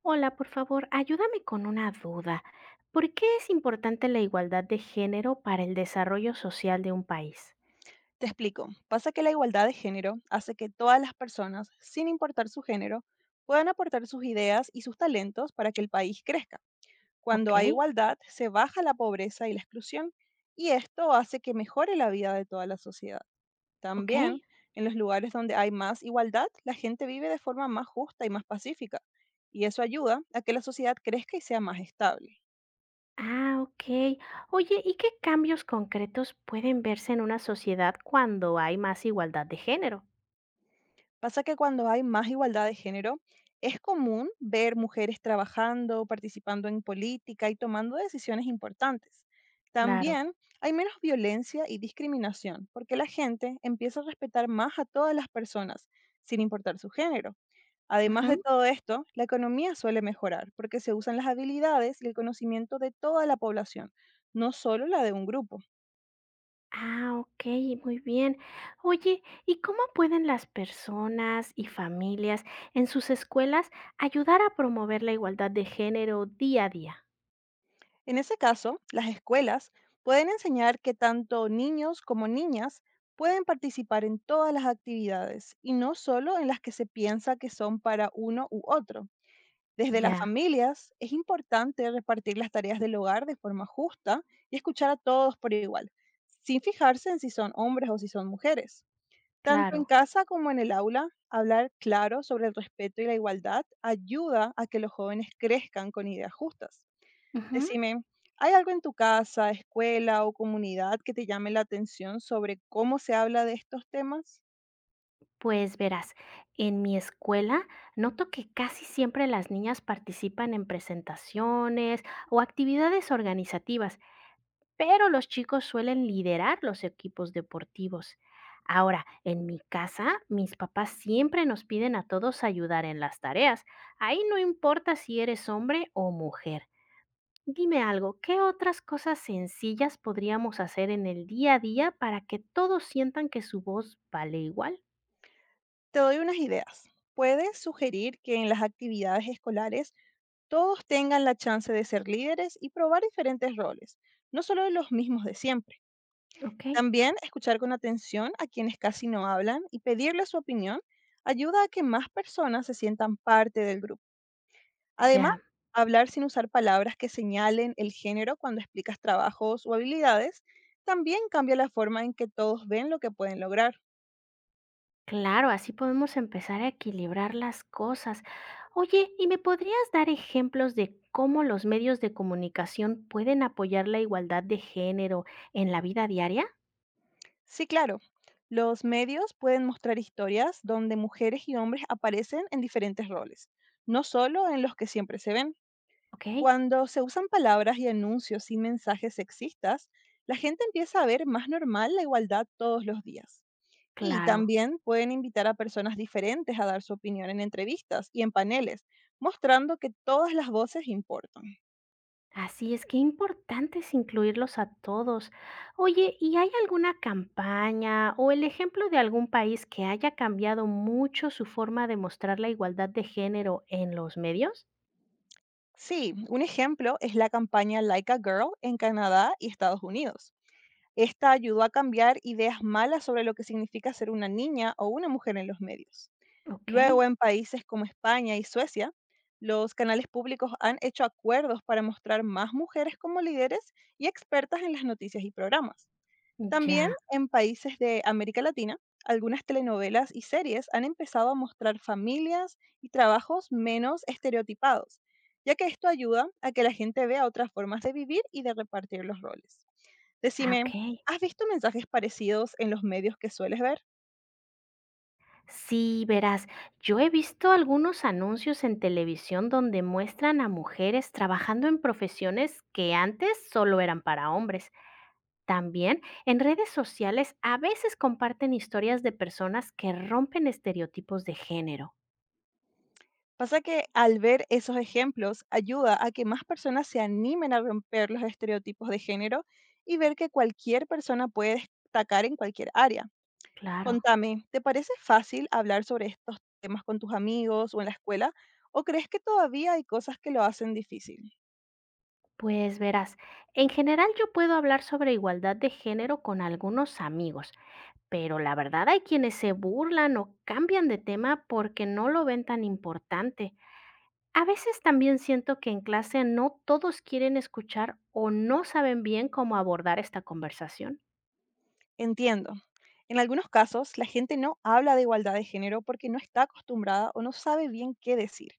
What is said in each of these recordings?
Hola, por favor, ayúdame con una duda. ¿Por qué es importante la igualdad de género para el desarrollo social de un país? Te explico. Pasa que la igualdad de género hace que todas las personas, sin importar su género, puedan aportar sus ideas y sus talentos para que el país crezca. Cuando Ok, hay igualdad, se baja la pobreza y la exclusión, y esto hace que mejore la vida de toda la sociedad. ok. También, en los lugares donde hay más igualdad, la gente vive de forma más justa y más pacífica, y eso ayuda a que la sociedad crezca y sea más estable. Ah, ok. Oye, ¿y qué cambios concretos pueden verse en una sociedad cuando hay más igualdad de género? Pasa que cuando hay más igualdad de género, es común ver mujeres trabajando, participando en política y tomando decisiones importantes. Claro. También hay menos violencia y discriminación, porque la gente empieza a respetar más a todas las personas, sin importar su género. Además de Ujú. todo esto, la economía suele mejorar, porque se usan las habilidades y el conocimiento de toda la población, no solo la de un grupo. Ah, ok, muy bien. Oye, ¿y cómo pueden las personas y familias en sus escuelas ayudar a promover la igualdad de género día a día? En ese caso, las escuelas pueden enseñar que tanto niños como niñas pueden participar en todas las actividades y no solo en las que se piensa que son para uno u otro. Desde las Ya, familias es importante repartir las tareas del hogar de forma justa y escuchar a todos por igual, sin fijarse en si son hombres o si son mujeres. Tanto en claro. casa como en el aula, hablar claro sobre el respeto y la igualdad ayuda a que los jóvenes crezcan con ideas justas. Ujú. Decime, ¿hay algo en tu casa, escuela o comunidad que te llame la atención sobre cómo se habla de estos temas? Pues verás, en mi escuela noto que casi siempre las niñas participan en presentaciones o actividades organizativas, pero los chicos suelen liderar los equipos deportivos. Ahora, en mi casa, mis papás siempre nos piden a todos ayudar en las tareas. Ahí no importa si eres hombre o mujer. Dime algo, ¿qué otras cosas sencillas podríamos hacer en el día a día para que todos sientan que su voz vale igual? Te doy unas ideas. Puedes sugerir que en las actividades escolares todos tengan la chance de ser líderes y probar diferentes roles, no solo los mismos de siempre. Ok. También escuchar con atención a quienes casi no hablan y pedirles su opinión ayuda a que más personas se sientan parte del grupo. Además, Ya, hablar sin usar palabras que señalen el género cuando explicas trabajos o habilidades también cambia la forma en que todos ven lo que pueden lograr. claro, así podemos empezar a equilibrar las cosas. Oye, ¿y me podrías dar ejemplos de cómo los medios de comunicación pueden apoyar la igualdad de género en la vida diaria? Sí, claro, los medios pueden mostrar historias donde mujeres y hombres aparecen en diferentes roles, no solo en los que siempre se ven. Ok, Cuando se usan palabras y anuncios sin mensajes sexistas, la gente empieza a ver más normal la igualdad todos los días. Y claro. también pueden invitar a personas diferentes a dar su opinión en entrevistas y en paneles, mostrando que todas las voces importan. Así es, que importante es incluirlos a todos. Oye, ¿y hay alguna campaña o el ejemplo de algún país que haya cambiado mucho su forma de mostrar la igualdad de género en los medios? Sí, un ejemplo es la campaña Like a Girl en Canadá y Estados Unidos. Esta ayudó a cambiar ideas malas sobre lo que significa ser una niña o una mujer en los medios. Ok, Luego, en países como España y Suecia, los canales públicos han hecho acuerdos para mostrar más mujeres como líderes y expertas en las noticias y programas. También ya, en países de América Latina, algunas telenovelas y series han empezado a mostrar familias y trabajos menos estereotipados, ya que esto ayuda a que la gente vea otras formas de vivir y de repartir los roles. ah, ok. Decime, ¿has visto mensajes parecidos en los medios que sueles ver? Sí, verás, yo he visto algunos anuncios en televisión donde muestran a mujeres trabajando en profesiones que antes solo eran para hombres. También en redes sociales a veces comparten historias de personas que rompen estereotipos de género. Pasa que al ver esos ejemplos ayuda a que más personas se animen a romper los estereotipos de género y ver que cualquier persona puede destacar en cualquier área. Claro, Contame, ¿te parece fácil hablar sobre estos temas con tus amigos o en la escuela? ¿O crees que todavía hay cosas que lo hacen difícil? pues verás, en general yo puedo hablar sobre igualdad de género con algunos amigos, pero la verdad hay quienes se burlan o cambian de tema porque no lo ven tan importante. A veces también siento que en clase no todos quieren escuchar o no saben bien cómo abordar esta conversación. Entiendo. En algunos casos, la gente no habla de igualdad de género porque no está acostumbrada o no sabe bien qué decir.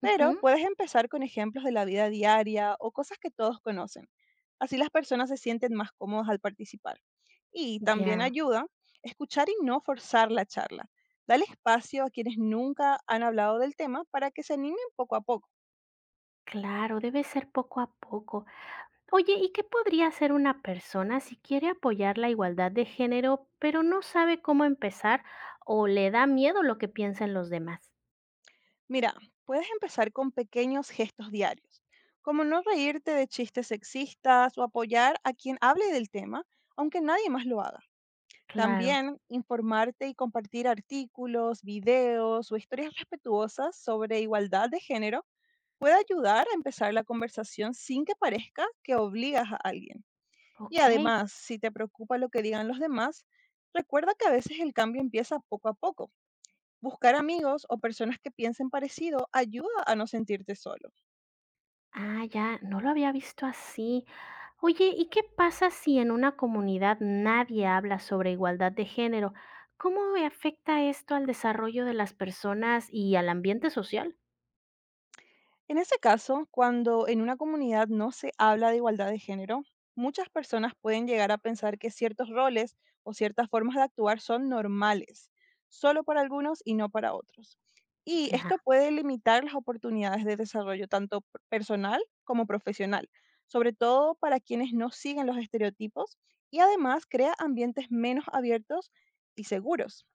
Pero Ujú. puedes empezar con ejemplos de la vida diaria o cosas que todos conocen. Así las personas se sienten más cómodas al participar. Y también Ya, ayuda escuchar y no forzar la charla. Dale espacio a quienes nunca han hablado del tema para que se animen poco a poco. claro, debe ser poco a poco. Oye, ¿y qué podría hacer una persona si quiere apoyar la igualdad de género, pero no sabe cómo empezar o le da miedo lo que piensen los demás? Mira, puedes empezar con pequeños gestos diarios, como no reírte de chistes sexistas o apoyar a quien hable del tema, aunque nadie más lo haga. Claro, También informarte y compartir artículos, videos o historias respetuosas sobre igualdad de género puede ayudar a empezar la conversación sin que parezca que obligas a alguien. Y ok. además, si te preocupa lo que digan los demás, recuerda que a veces el cambio empieza poco a poco. Buscar amigos o personas que piensen parecido ayuda a no sentirte solo. Ah, ya, no lo había visto así. Oye, ¿y qué pasa si en una comunidad nadie habla sobre igualdad de género? ¿Cómo afecta esto al desarrollo de las personas y al ambiente social? En ese caso, cuando en una comunidad no se habla de igualdad de género, muchas personas pueden llegar a pensar que ciertos roles o ciertas formas de actuar son normales, solo para algunos y no para otros. Y Ya, esto puede limitar las oportunidades de desarrollo tanto personal como profesional, sobre todo para quienes no siguen los estereotipos, y además crea ambientes menos abiertos y seguros.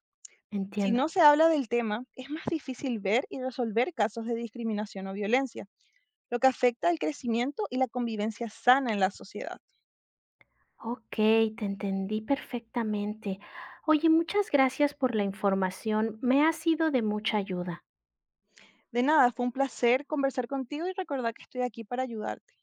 Si entiendo. no se habla del tema, es más difícil ver y resolver casos de discriminación o violencia, lo que afecta al crecimiento y la convivencia sana en la sociedad. Ok, te entendí perfectamente. Oye, muchas gracias por la información. Me ha sido de mucha ayuda. De nada, fue un placer conversar contigo y recordar que estoy aquí para ayudarte.